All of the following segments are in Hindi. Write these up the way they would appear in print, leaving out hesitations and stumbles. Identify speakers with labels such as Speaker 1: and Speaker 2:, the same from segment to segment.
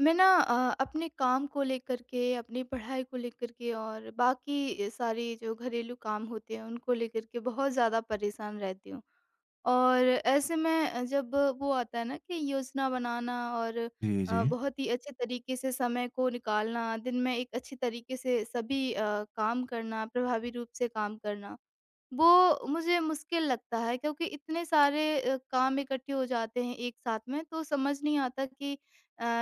Speaker 1: मैं ना अपने काम को लेकर के, अपनी पढ़ाई को लेकर के और बाकी सारे जो घरेलू काम होते हैं उनको लेकर के बहुत ज़्यादा परेशान रहती हूँ। और ऐसे में जब वो आता है ना कि योजना बनाना और
Speaker 2: जी, जी।
Speaker 1: बहुत ही अच्छे तरीके से समय को निकालना, दिन में एक अच्छे तरीके से सभी काम करना, प्रभावी रूप से काम करना। वो मुझे मुश्किल लगता है क्योंकि इतने सारे काम इकट्ठे हो जाते हैं एक साथ में तो समझ नहीं आता कि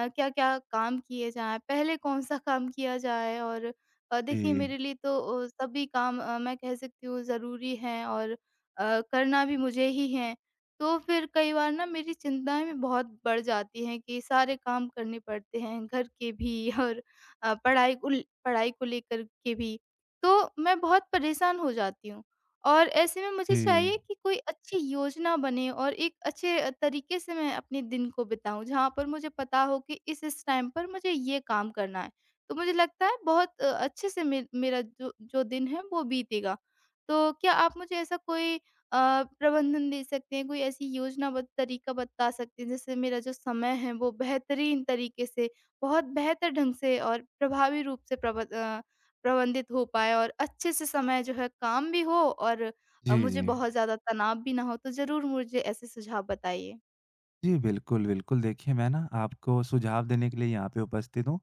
Speaker 1: क्या-क्या काम किए जाएँ, पहले कौन-सा काम किया जाए और देखिए
Speaker 2: जी,
Speaker 1: मेरे लिए तो सभी काम मैं कह सकती हूँ ज़रूरी हैं और करना भी मुझे ही है। तो फिर कई बार ना मेरी चिंताएँ भी बहुत बढ़ जाती हैं कि सारे काम करने पड़ते हैं, घर के भी और पढ़ाई को लेकर के भी। तो मैं बहुत परेशान हो जाती हूँ। और ऐसे में मुझे
Speaker 2: जी।
Speaker 1: चाहिए कि कोई अच्छी योजना बने और एक अच्छे तरीके से मैं अपने दिन को बिताऊँ, जहाँ पर मुझे पता हो कि इस टाइम पर मुझे ये काम करना है। तो मुझे लगता है बहुत अच्छे से मे मेरा जो जो दिन है वो बीतेगा। तो क्या आप मुझे ऐसा कोई प्रबंधन दे सकते हैं, कोई ऐसी योजना बत तरीका बता सकते हैं जिससे मेरा जो समय है वो बेहतरीन तरीके से, बहुत बेहतर ढंग से और प्रभावी रूप से प्रबंधित हो पाए और अच्छे से समय जो है काम भी हो और
Speaker 2: जी,
Speaker 1: मुझे
Speaker 2: जी।
Speaker 1: बहुत ज़्यादा तनाव भी ना हो, तो ज़रूर मुझे ऐसे सुझाव बताइए।
Speaker 2: जी, बिल्कुल, बिल्कुल। देखिए, मैं ना आपको सुझाव देने के लिए यहाँ पे उपस्थित हूँ,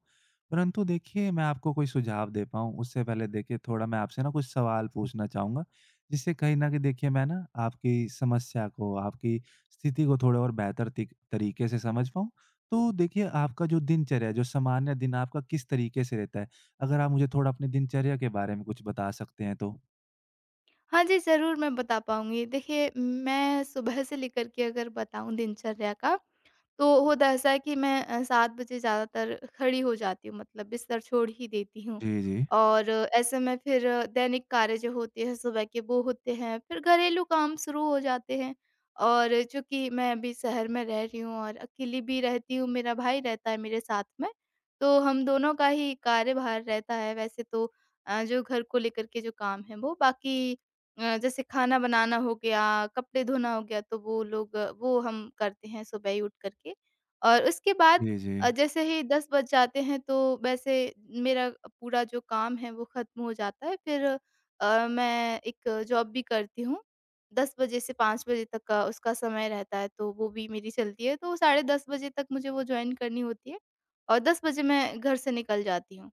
Speaker 2: परंतु देखिए मैं आपको कोई सुझाव दे पाऊँ उससे पहले देखिए थोड़ा मैं आपसे ना कुछ सवाल पूछना चाहूँगा, जिससे कहीं न कहीं देखिए मैं ना आपकी समस्या को, आपकी स्थिति को थोड़ा और बेहतर तिक तरीके से समझ पाऊँ। तो देखिए आपका जो दिनचर्या है, जो सामान्य दिन आपका किस तरीके से रहता है? अगर आप मुझे थोड़ा अपनी दिनचर्या के बारे में कुछ बता सकते हैं तो?
Speaker 1: हाँ जी, ज़रूर मैं बता पाऊँगी। देखिए मैं सुबह से लेकर के अगर बताऊँ दिनचर्या का तो होता ऐसा है कि मैं 7 बजे ज़्यादातर खड़ी हो जाती हूँ मतलब बिस्तर छोड़ ही देती हूँ।
Speaker 2: जी, जी।
Speaker 1: और ऐसे में फिर दैनिक कार्य जो होते हैं सुबह के वो होते हैं, फिर घरेलू काम शुरू हो जाते हैं। और चूँकि मैं अभी शहर में रह रही हूँ और अकेली भी रहती हूँ, मेरा भाई रहता है मेरे साथ में, तो हम दोनों का ही कार्यभार रहता है वैसे तो जो घर को लेकर के जो काम है वो, बाकी जैसे खाना बनाना हो गया, कपड़े धोना हो गया, तो वो लोग वो हम करते हैं सुबह ही उठ कर के। और उसके बाद
Speaker 2: जी, जी।
Speaker 1: जैसे ही 10 बज जाते हैं तो वैसे मेरा पूरा जो काम है वो ख़त्म हो जाता है। फिर मैं एक जॉब भी करती हूँ, 10 बजे से 5 बजे तक का उसका समय रहता है, तो वो भी मेरी चलती है। तो 10:30 बजे तक मुझे वो जॉइन करनी होती है और 10 बजे मैं घर से निकल जाती हूँ।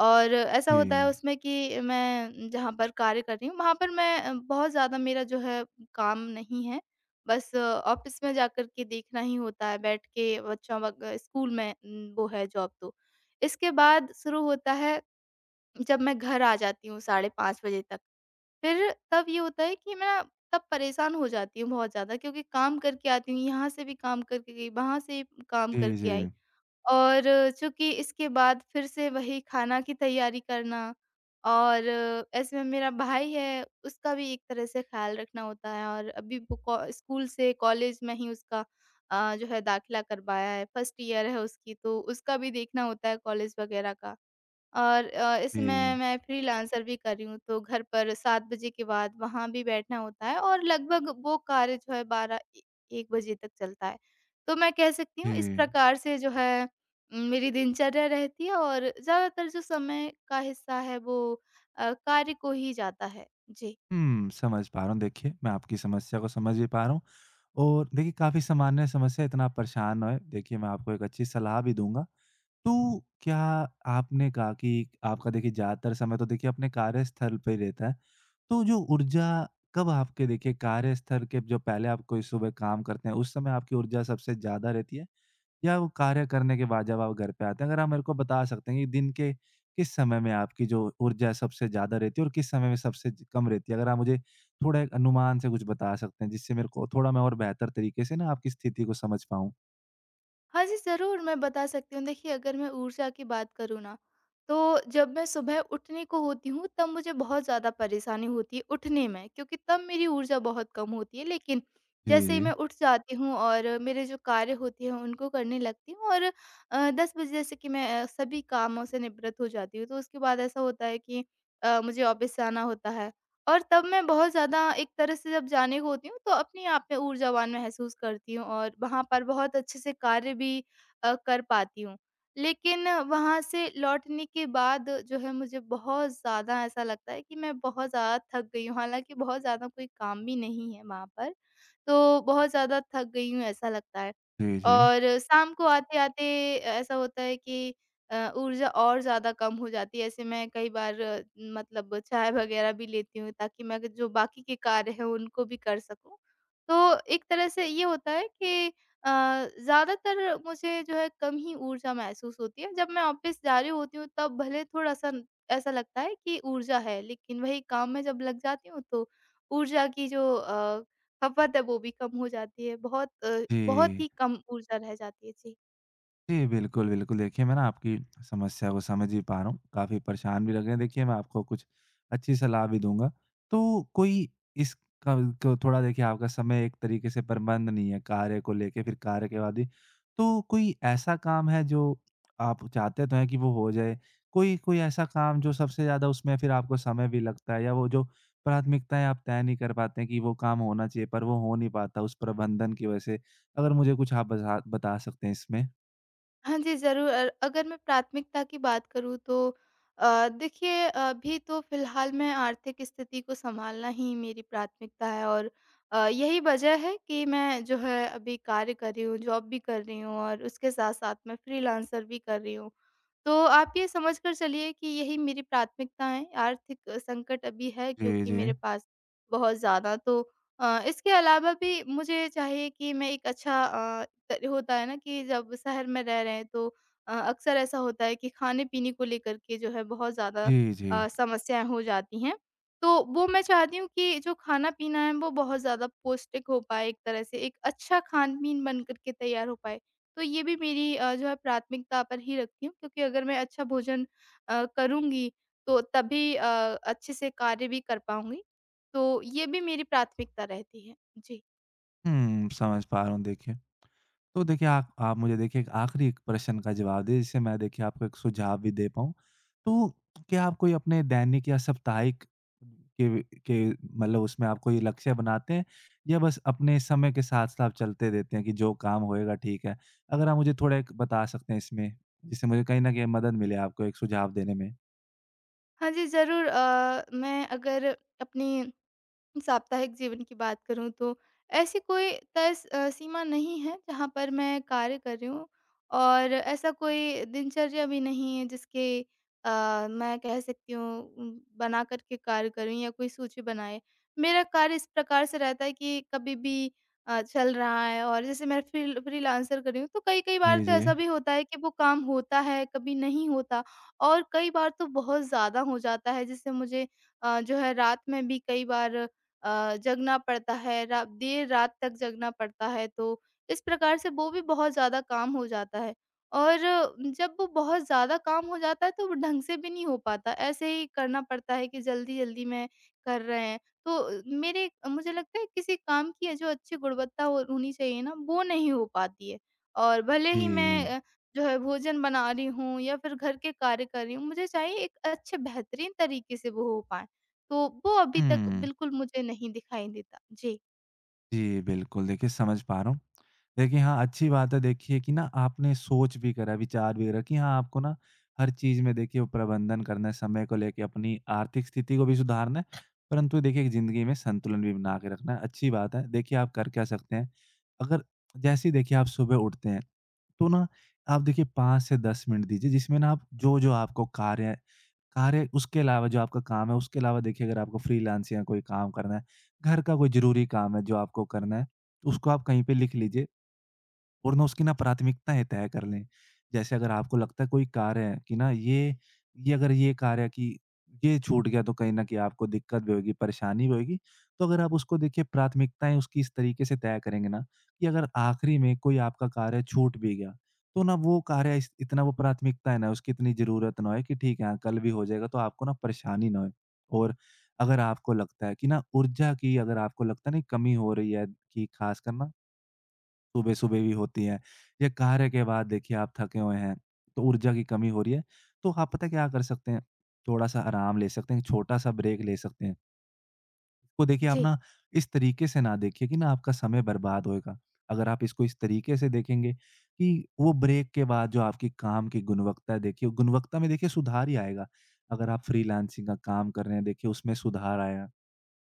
Speaker 1: और ऐसा
Speaker 2: जी।
Speaker 1: होता है उसमें कि मैं जहाँ पर कार्य कर रही हूँ वहाँ पर मैं बहुत ज़्यादा मेरा जो है काम नहीं है। बस ऑफ़िस में जाकर के देखना ही होता है बैठ के बच्चों स्कूल में वो है जॉब तो। इसके बाद शुरू होता है जब मैं घर आ जाती हूँ 5:30 बजे तक। फिर तब ये होता है कि मैं तब परेशान हो जाती हूँ बहुत ज़्यादा क्योंकि काम करके आती हूँ, यहाँ से भी काम करके गई, वहाँ से भी काम
Speaker 2: जी,
Speaker 1: करके
Speaker 2: जी।
Speaker 1: आई। और चूँकि इसके बाद फिर से वही खाना की तैयारी करना और ऐसे में मेरा भाई है, उसका भी एक तरह से ख़्याल रखना होता है और अभी वो कॉ स्कूल से कॉलेज में ही उसका जो है दाखिला करवाया है, फर्स्ट ईयर है उसकी तो उसका भी देखना होता है कॉलेज वग़ैरह का। और इसमें
Speaker 2: जी,
Speaker 1: मैं फ्रीलांसर भी कर रही हूँ तो घर पर 7 बजे के बाद वहाँ भी बैठना होता है और लगभग वो कार्य जो है 1 बजे तक चलता है। तो मैं कह सकती
Speaker 2: जी।
Speaker 1: हूँ इस प्रकार से जो है मेरी दिनचर्या रहती है और ज़्यादातर जो समय का हिस्सा है वो कार्य को ही जाता है। जी।
Speaker 2: समझ पा रहा हूँ। देखिए, मैं आपकी समस्या को समझ भी पा रहा हूँ और देखिए काफ़ी सामान्य समस्या है, इतना आप परेशान ना होएँ। देखिए, मैं आपको एक अच्छी सलाह भी दूँगा। तो क्या आपने कहा कि आपका देखिए ज़्यादातर समय तो देखिए अपने कार्यस्थल पे ही रहता है, तो जो ऊर्जा कब आपके देखिए कार्यस्थल के जो पहले आप कोई सुबह काम करते हैं, उस समय आपकी ऊर्जा सबसे ज़्यादा रहती है? या वो कार्य करने के बाद जब आप घर पे आते हैं, अगर आप मेरे को बता सकते हैं कि दिन के किस समय में आपकी जो ऊर्जा सबसे ज़्यादा रहती है और किस समय में सबसे ज कम रहती है? अगर आप मुझे थोड़ा एक अनुमान से कुछ बता सकते हैं, जिससे मेरे को थोड़ा मैं और बेहतर तरीके से ना आपकी स्थिति को समझ पाऊँ।
Speaker 1: हाँ जी, ज़रूर मैं बता सकती हूँ। देखिए अगर मैं ऊर्जा की बात करूँ ना, तो जब मैं सुबह उठने को होती हूँ तब मुझे बहुत ज़्यादा परेशानी होती है उठने में क्योंकि तब मेरी ऊर्जा बहुत कम होती है। लेकिन
Speaker 2: जी,
Speaker 1: जैसे ही मैं
Speaker 2: जी।
Speaker 1: उठ जाती हूँ और मेरे जो कार्य होते हैं उनको करने लगती हूँ और 10 बजे जैसे कि मैं सभी कामों से निवृत्त हो जाती हूँ। तो उसके बाद ऐसा होता है कि मुझे ऑफ़िस जाना होता है। और तब मैं बहुत ज़्यादा एक तरह से जब जाने को होती हूँ तो अपने आप में ऊर्जावान महसूस करती हूँ और वहाँ पर बहुत अच्छे से कार्य भी कर पाती हूँ। लेकिन वहाँ से लौटने के बाद जो है मुझे बहुत ज़्यादा ऐसा लगता है कि मैं बहुत ज़्यादा थक गई हूँ, हालाँकि बहुत ज़्यादा कोई काम भी नहीं है वहाँ पर, तो बहुत ज़्यादा थक गई हूँ ऐसा लगता है।
Speaker 2: जी, जी।
Speaker 1: और शाम को आते-आते ऐसा होता है कि ऊर्जा और ज़्यादा कम हो जाती है। ऐसे मैं कई बार मतलब चाय वग़ैरह भी लेती हूँ ताकि मैं जो बाकी के कार्य हैं उनको भी कर सकूँ। तो एक तरह से ये होता है कि ज़्यादातर मुझे जो है कम ही ऊर्जा महसूस होती है। जब मैं ऑफ़िस जा रही होती हूँ तब भले थोड़ा-सा ऐसा लगता है कि ऊर्जा है लेकिन वही काम में जब लग जाती हूँ तो ऊर्जा की जो खपत है वो भी कम हो जाती है। बहुत
Speaker 2: जी।
Speaker 1: ही कम ऊर्जा रह जाती है। जी।
Speaker 2: जी, बिल्कुल, बिल्कुल। देखिए, मैं ना आपकी समस्या को समझ ही पा रहा हूँ, काफ़ी परेशान भी लग रहे हैं। देखिए, मैं आपको कुछ अच्छी सलाह भी दूँगा। तो कोई इसका को थोड़ा देखिए आपका समय एक तरीके से प्रबंध नहीं है, कार्य को लेके फिर कार्य के बाद ही। तो कोई ऐसा काम है जो आप चाहते तो हैं कि वो हो जाए, कोई कोई ऐसा काम जो सबसे ज़्यादा उसमें फिर आपको समय भी लगता है, या वो जो प्राथमिकताएँ आप तय नहीं कर पाते हैं कि वो काम होना चाहिए पर वो हो नहीं पाता उस प्रबंधन की वजह से? अगर मुझे कुछ आप बज़ा बता सकते हैं इसमें।
Speaker 1: हाँ जी, ज़रूर। अगर मैं प्राथमिकता की बात करूँ तो देखिए अभी तो फ़िलहाल मैं आर्थिक स्थिति को सँभालना ही मेरी प्राथमिकता है और यही वजह है कि मैं जो है अभी कार्य कर रही हूँ, जॉब भी कर रही हूँ और उसके साथ-साथ मैं फ्रीलांसर भी कर रही हूँ। तो आप ये समझ कर चलिए कि यही मेरी प्राथमिकता है। आर्थिक संकट अभी है
Speaker 2: जी,
Speaker 1: क्योंकि
Speaker 2: जी।
Speaker 1: मेरे पास बहुत ज़्यादा तो इसके अलावा भी मुझे चाहिए कि मैं एक अच्छा अ त होता है ना कि जब शहर में रह रहे हैं तो अक्सर ऐसा होता है कि खाने-पीने को लेकर के जो है बहुत ज़्यादा
Speaker 2: जी, जी।
Speaker 1: समस्याएँ हो जाती हैं। तो वो मैं चाहती हूँ कि जो खाना-पीना है वो बहुत ज़्यादा पौष्टिक हो पाए एक तरह से, एक अच्छा खान-पीन बन कर के तैयार हो पाए। तो ये भी मेरी जो है प्राथमिकता पर ही रखती हूँ क्योंकि अगर मैं अच्छा भोजन करूँगी तो तभी अच्छे से कार्य भी कर पाऊँगी। तो ये भी मेरी प्राथमिकता रहती है। जी।
Speaker 2: समझ पा रहा हूँ देखिए। तो देखिए आप मुझे देखिए एक आखिरी एक प्रश्न का जवाब दें, जिससे मैं देखिए आपको एक सुझाव भी दे पाऊँ। तो क्या आप कोई अपने दैनिक या साप्ताहिक के मतलब उसमें आप कोई लक्ष्य बनाते हैं, या बस अपने समय के साथ-साथ आप चलते देते हैं कि जो काम होएगा ठीक है? अगर आप मुझे थोड़ा एक बता सकते हैं इसमें, जिससे मुझे कहीं न कहीं मदद मिले आपको एक सुझाव देने में।
Speaker 1: हाँ जी, ज़रूर, मैं अगर अपनी साप्ताहिक जीवन की बात करूँ तो ऐसी कोई सीमा नहीं है जहाँ पर मैं कार्य कर रही हूँ और ऐसा कोई दिनचर्या भी नहीं है जिसके मैं कह सकती हूँ बना कर के कार्य करूँ या कोई सूची बनाए। मेरा कार्य इस प्रकार से रहता है कि कभी भी चल रहा है और जैसे मैं फ्रीलांसर कर रही हूँ तो कई-कई बार
Speaker 2: जी,
Speaker 1: तो
Speaker 2: जी।
Speaker 1: ऐसा भी होता है कि वो काम होता है, कभी नहीं होता और कई बार तो बहुत ज़्यादा हो जाता है जिससे मुझे जो है रात में भी कई बार जगना पड़ता है, रा देर रात तक जगना पड़ता है, तो इस प्रकार से वो भी बहुत ज़्यादा काम हो जाता है। और जब वो बहुत ज़्यादा काम हो जाता है, तो वो ढंग से भी नहीं हो पाता, ऐसे ही करना पड़ता है कि जल्दी-जल्दी में कर रहे हैं। तो मेरे मुझे लगता है किसी काम की जो अच्छी गुणवत्ता हो होनी चाहिए ना, वो नहीं हो पाती है। और भले ही मैं
Speaker 2: जी।
Speaker 1: जो है भोजन बना रही हूँ या फिर घर के कार्य कर रही हूँ, मुझे चाहिए एक अच्छे बेहतरीन तरीके से वो हो पाएँ। तो वो अभी तक
Speaker 2: हुँ।
Speaker 1: बिल्कुल मुझे नहीं दिखाई देता। जी।
Speaker 2: जी, बिल्कुल। देखिए समझ पा रहा हूँ। देखिए हाँ, अच्छी बात है देखिए कि ना आपने सोच भी करा, विचार भी करा कि हाँ, आपको ना हर चीज़ में देखिए वो प्रबंधन करना है, समय को लेके अपनी आर्थिक स्थिति को भी सुधारना है, परंतु देखिए एक ज़िंदगी में संतुलन भी बना के रखना है। अच्छी बात है। देखिए आप कर क्या सकते हैं, अगर जैसे ही देखिए आप सुबह उठते हैं, तो ना आप देखिए 5 से 10 मिनट दीजिए जिसमें ना आप जो-जो आपको कार्य है, कार्य उसके अलावा जो आपका काम है, उसके अलावा देखिए अगर आपको फ्रीलांस या कोई काम करना है, घर का कोई ज़रूरी काम है जो आपको करना है, तो उसको आप कहीं पे लिख लीजिए। और ना उसकी ना प्राथमिकताएँ तय कर लें। जैसे अगर आपको लगता है कोई कार्य है कि ना ये अगर ये कार्य है कि ये छूट गया, तो कहीं न कहीं आपको दिक्कत भी होगी, परेशानी भी होगी। तो अगर आप उसको देखिए प्राथमिकताएँ उसकी इस तरीके से तय करेंगे ना कि अगर आखिरी में कोई आपका कार्य छूट भी गया, तो ना वो कार्य इस इतना वो प्राथमिकता है ना उसकी इतनी ज़रूरत ना होए कि ठीक है हाँ, कल भी हो जाएगा, तो आपको ना परेशानी ना होए। और अगर आपको लगता है कि ना ऊर्जा की, अगर आपको लगता है ना कमी हो रही है, कि ख़ासकर ना सुबह-सुबह भी होती हैं, या कार्य के बाद देखिए आप थके हुए हैं, तो ऊर्जा की कमी हो रही है, तो आप पता है क्या कर सकते हैं, थोड़ा-सा आराम ले सकते हैं, छोटा-सा ब्रेक ले सकते हैं। तो देखिए आप
Speaker 1: जी।
Speaker 2: ना इस तरीके से ना देखिए कि ना आपका समय बर्बाद होएगा। अगर आप इसको इस तरीके से देखेंगे कि वो ब्रेक के बाद जो आपकी काम की गुणवत्ता है देखिए, गुणवत्ता में देखिए सुधार ही आएगा। अगर आप फ्रीलांसिंग का काम कर रहे हैं देखिए उसमें सुधार आया।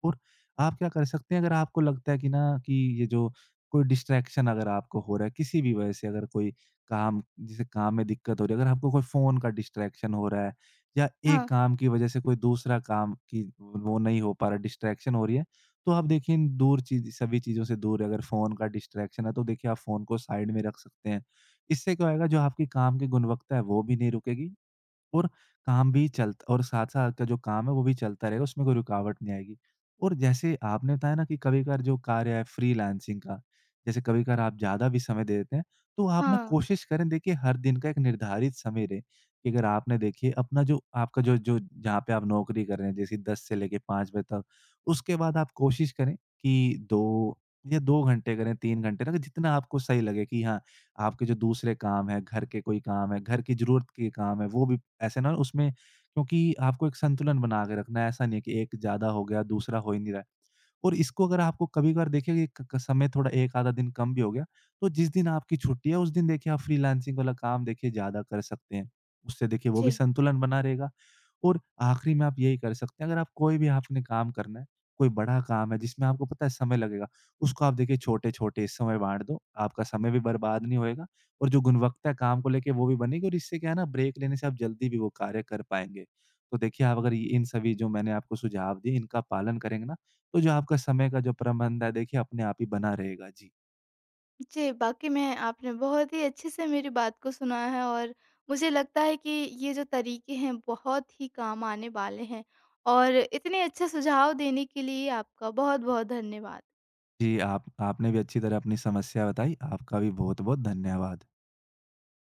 Speaker 2: और आप क्या कर सकते हैं, अगर आपको लगता है कि ना कि ये जो कोई डिस्ट्रैक्शन अगर आपको हो रहा है, किसी भी वजह से, अगर कोई काम जैसे काम में दिक्कत हो रही है, अगर आपको कोई फ़ोन का डिस्ट्रैक्शन हो रहा है, या एक
Speaker 1: हाँ,
Speaker 2: काम की वजह से कोई दूसरा काम की वो नहीं हो पा रहा, डिस्ट्रैक्शन हो रही है, तो आप देखिए इन दूर चीज सभी चीज़ों से दूर है, अगर फ़ोन का डिस्ट्रैक्शन है तो देखिए आप फ़ोन को साइड में रख सकते हैं। इससे क्या होएगा, जो आपकी काम की गुणवत्ता है वो भी नहीं रुकेगी, और काम भी चलता और साथ-साथ का जो काम है वो भी चलता रहेगा, उसमें कोई रुकावट नहीं आएगी। और जैसे आपने बताया ना कि कभी-कभार जो कार्य है फ्रीलांसिंग का, जैसे कभी-कभार आप ज़्यादा भी समय दे देते हैं, तो आप ना
Speaker 1: हाँ।
Speaker 2: कोशिश करें देखिए हर दिन का एक निर्धारित समय रहे, कि अगर आपने देखिए अपना जो आपका जो जो जहाँ पे आप नौकरी कर रहे हैं जैसे 10 से लेके 5 बजे तक, उसके बाद आप कोशिश करें कि 2 या 2 घंटे करें, 3 घंटे ना, कि जितना आपको सही लगे कि हाँ आपके जो दूसरे काम हैं, घर के कोई काम हैं, घर की ज़रूरत के काम हैं, वो भी ऐसे ना उसमें, क्योंकि आपको एक संतुलन बना के रखना है, ऐसा नहीं है कि एक ज़्यादा हो गया, दूसरा हो ही नहीं रहा है। और इसको अगर आपको कभी-कभार देखिए ये क क समय थोड़ा 1 आधा दिन कम भी हो गया, तो जिस दिन आपकी छुट्टी है उस दिन देखिए आप फ्रीलांसिंग वाला काम देखिए ज़्यादा कर सकते हैं। उससे देखिए वो भी
Speaker 1: जी,
Speaker 2: संतुलन बना रहेगा, और आखिरी में आप यही कर सकते हैं, अगर आप कोई भी आपने काम करना है, कोई बड़ा काम है जिसमें आपको पता है समय लगेगा, उसको आप देखिए छोटे-छोटे हिस्सों में बाँट दो, आपका समय भी बर्बाद नहीं होएगा, और जो गुणवत्ता है काम को लेके वो भी बनेगी, और इससे क्या है ना ब्रेक लेने से आप जल्दी भी वो कार्य कर पाएँगे। तो देखिए आप अगर ये इन सभी जो मैंने आपको सुझाव दिए, इनका पालन करेंगे ना, तो जो आपका समय का जो प्रबंध है देखिए अपने आप ही बना रहेगा। जी।
Speaker 1: जी, वाक़ई में आपने बहुत ही अच्छे से मेरी बात को सुना है और मुझे लगता है कि ये जो तरीके हैं बहुत ही काम आने वाले हैं और इतने अच्छे सुझाव देने के लिए आपका बहुत-बहुत धन्यवाद।
Speaker 2: जी, आप आपने भी अच्छी तरह अपनी समस्या बताई। आपका भी बहुत-बहुत धन्यवाद।